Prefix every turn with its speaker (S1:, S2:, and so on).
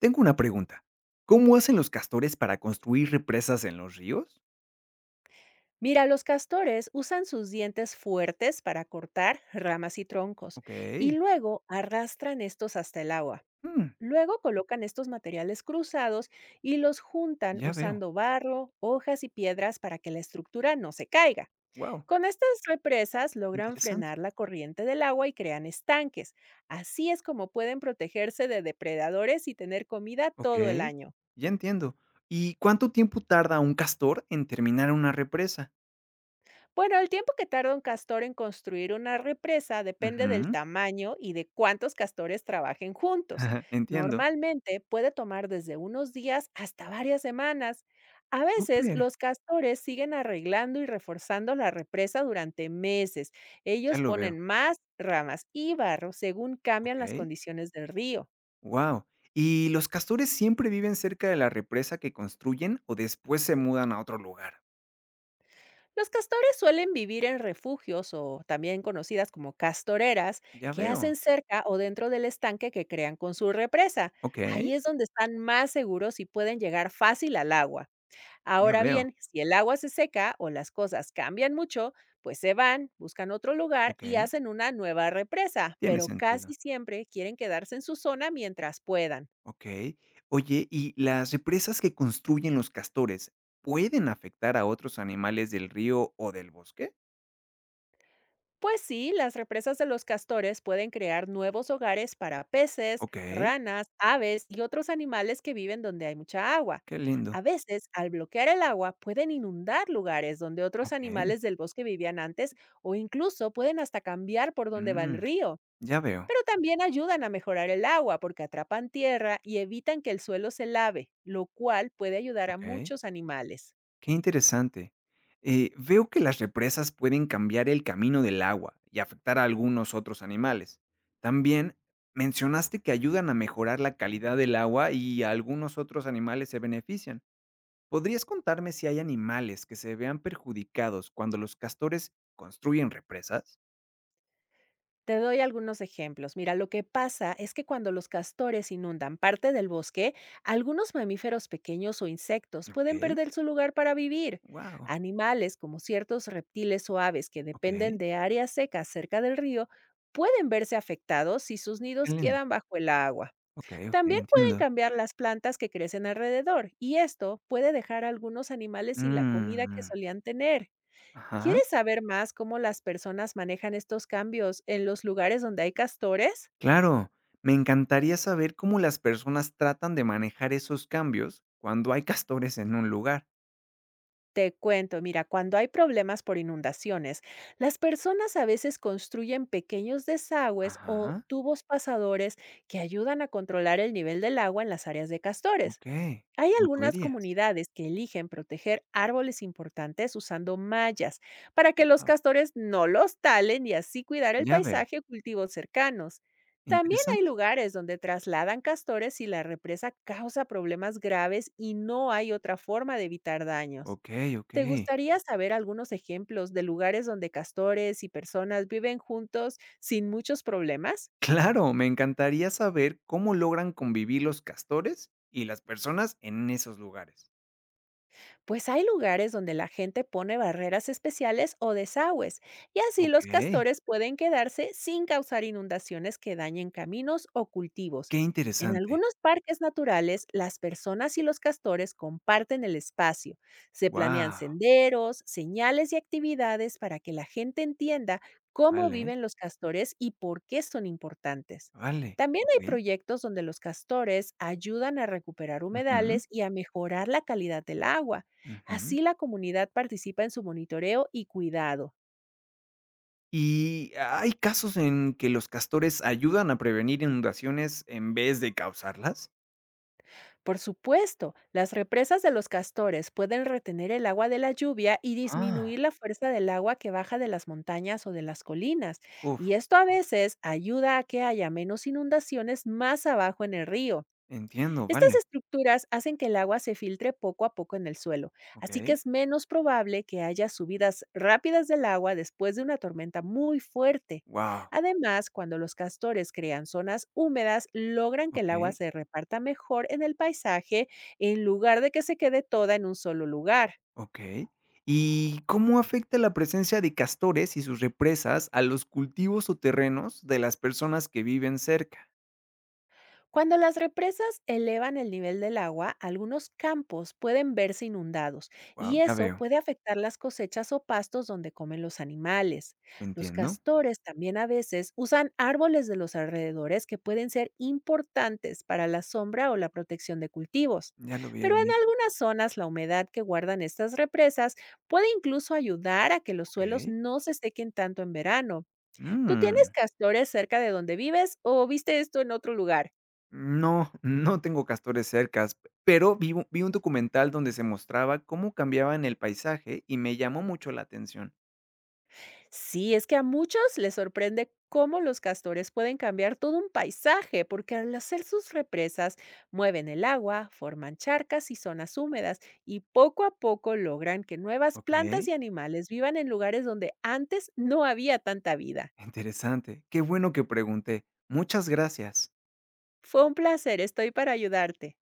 S1: Tengo una pregunta. ¿Cómo hacen los castores para construir represas en los ríos?
S2: Mira, los castores usan sus dientes fuertes para cortar ramas y troncos
S1: Ok.
S2: y luego arrastran estos hasta el agua.
S1: Mm,
S2: Luego colocan estos materiales cruzados y los juntan
S1: ya veo.
S2: usando barro, hojas y piedras para que la estructura no se caiga.
S1: Wow,
S2: Con estas represas logran
S1: interesante.
S2: frenar la corriente del agua y crean estanques. Así es como pueden protegerse de depredadores y tener comida
S1: Ok,
S2: todo el año.
S1: ya entiendo. ¿Y cuánto tiempo tarda un castor en terminar una represa?
S2: Bueno, el tiempo que tarda un castor en construir una represa depende del
S1: Ujú,
S2: tamaño y de cuántos castores trabajen juntos.
S1: Entiendo.
S2: Normalmente puede tomar desde unos días hasta varias semanas. A veces
S1: Súper.
S2: los castores siguen arreglando y reforzando la represa durante meses.
S1: Ya
S2: Ellos
S1: lo
S2: ponen
S1: veo.
S2: más ramas y barro según cambian las
S1: Ok.
S2: condiciones del río.
S1: Wow. ¿Y los castores siempre viven cerca de la represa que construyen o después se mudan a otro lugar?
S2: Los castores suelen vivir en refugios o también conocidas como castoreras
S1: Ya
S2: que
S1: veo.
S2: hacen cerca o dentro del estanque que crean con su represa.
S1: Ok.
S2: Ahí es donde están más seguros y pueden llegar fácil al agua.
S1: Ya
S2: Ahora
S1: veo.
S2: bien, si el agua se seca o las cosas cambian mucho, pues se van, buscan otro lugar
S1: Ok.
S2: y hacen una nueva represa,
S1: Tiene
S2: pero casi
S1: sentido.
S2: siempre quieren quedarse en su zona mientras puedan.
S1: Okey. Oye, ¿y las represas que construyen los castores pueden afectar a otros animales del río o del bosque?
S2: Pues sí, las represas de los castores pueden crear nuevos hogares para peces,
S1: Okey,
S2: ranas, aves y otros animales que viven donde hay mucha agua.
S1: qué lindo.
S2: A veces, al bloquear el agua, pueden inundar lugares donde otros
S1: Okey.
S2: animales del bosque vivían antes o incluso pueden hasta cambiar por donde va el
S1: Mm,
S2: río.
S1: ya veo.
S2: Pero también ayudan a mejorar el agua porque atrapan tierra y evitan que el suelo se lave, lo cual puede ayudar a
S1: Okey,
S2: muchos animales.
S1: qué interesante. Veo que las represas pueden cambiar el camino del agua y afectar a algunos otros animales. También mencionaste que ayudan a mejorar la calidad del agua y algunos otros animales se benefician. ¿Podrías contarme si hay animales que se vean perjudicados cuando los castores construyen represas?
S2: Te doy algunos ejemplos. Mira, lo que pasa es que cuando los castores inundan parte del bosque, algunos mamíferos pequeños o insectos pueden
S1: Okey,
S2: perder su lugar para vivir.
S1: wow,
S2: Animales como ciertos reptiles o aves que dependen
S1: okey,
S2: de áreas secas cerca del río pueden verse afectados si sus
S1: qué
S2: nidos
S1: lindo.
S2: quedan bajo el agua.
S1: Okey, okey,
S2: También pueden
S1: entiendo.
S2: cambiar las plantas que crecen alrededor y esto puede dejar a algunos animales sin la comida que
S1: Mm,
S2: solían tener.
S1: ajá,
S2: ¿Quieres saber más cómo las personas manejan estos cambios en los lugares donde hay castores?
S1: claro. Me encantaría saber cómo las personas tratan de manejar esos cambios cuando hay castores en un lugar.
S2: Te cuento, mira, cuando hay problemas por inundaciones, las personas a veces construyen pequeños desagües o
S1: Ajá,
S2: tubos pasadores que ayudan a controlar el nivel del agua en las áreas de castores.
S1: okey,
S2: Hay
S1: como
S2: algunas
S1: tuberías.
S2: comunidades que eligen proteger árboles importantes usando mallas para que los
S1: Wow,
S2: castores no los talen y así cuidar el
S1: ya veo,
S2: paisaje y cultivos cercanos. También hay
S1: interesante.
S2: lugares donde trasladan castores si la represa causa problemas graves y no hay otra forma de evitar daños.
S1: Okey,
S2: ¿Te
S1: okey.
S2: gustaría saber algunos ejemplos de lugares donde castores y personas viven juntos sin muchos problemas?
S1: Claro, me encantaría saber cómo logran convivir los castores y las personas en esos lugares.
S2: Pues hay lugares donde la gente pone barreras especiales o desagües, y así
S1: Ok,
S2: los castores pueden quedarse sin causar inundaciones que dañen caminos o cultivos.
S1: qué
S2: En
S1: interesante.
S2: algunos parques naturales, las personas y los castores comparten el espacio. Se planean
S1: Wow,
S2: senderos, señales y actividades para que la gente entienda cómo
S1: vale,
S2: viven los castores y por qué son importantes.
S1: vale.
S2: También hay
S1: Ok.
S2: proyectos donde los castores ayudan a recuperar
S1: Ujú,
S2: humedales y a mejorar la calidad del agua.
S1: ujú.
S2: Así la comunidad participa en su monitoreo y cuidado.
S1: Y hay casos en que los castores ayudan a prevenir inundaciones en vez de causarlas.
S2: Por supuesto, las represas de los castores pueden retener el agua de la lluvia y
S1: Ah,
S2: disminuir la fuerza del agua que baja de las montañas o de las colinas, y
S1: uf,
S2: esto a veces ayuda a que haya menos inundaciones más abajo en el río.
S1: entiendo,
S2: Estas
S1: vale.
S2: estructuras hacen que el agua se filtre poco a poco en el suelo,
S1: Ok,
S2: así que es menos probable que haya subidas rápidas del agua después de una tormenta muy fuerte.
S1: wow,
S2: Además, cuando los castores crean zonas húmedas, logran que el agua
S1: ok.
S2: se reparta mejor en el paisaje en lugar de que se quede toda en un solo lugar.
S1: Okey. ¿Y cómo afecta la presencia de castores y sus represas a los cultivos o terrenos de las personas que viven cerca?
S2: Cuando las represas elevan el nivel del agua, algunos campos pueden verse inundados
S1: Wow,
S2: y
S1: ya
S2: eso
S1: veo,
S2: puede afectar las cosechas o pastos donde comen los animales. Los
S1: entiendo.
S2: castores también a veces usan árboles de los alrededores que pueden ser importantes para la sombra o la protección de cultivos.
S1: Ya lo veía
S2: Pero en
S1: venir,
S2: algunas zonas la humedad que guardan estas represas puede incluso ayudar a que los suelos
S1: okey.
S2: no se sequen tanto en verano. ¿Tú tienes
S1: Mm,
S2: castores cerca de donde vives o viste esto en otro lugar?
S1: no, no tengo castores cercas, pero vi u vi un documental donde se mostraba cómo cambiaban el paisaje y me llamó mucho la atención.
S2: Sí, es que a muchos les sorprende cómo los castores pueden cambiar todo un paisaje, porque al hacer sus represas mueven el agua, forman charcas y zonas húmedas, y poco a poco logran que nuevas plantas
S1: Okey,
S2: y animales vivan en lugares donde antes no había tanta vida.
S1: interesante. Qué bueno que pregunté. Muchas gracias.
S2: Fue un placer, estoy para ayudarte.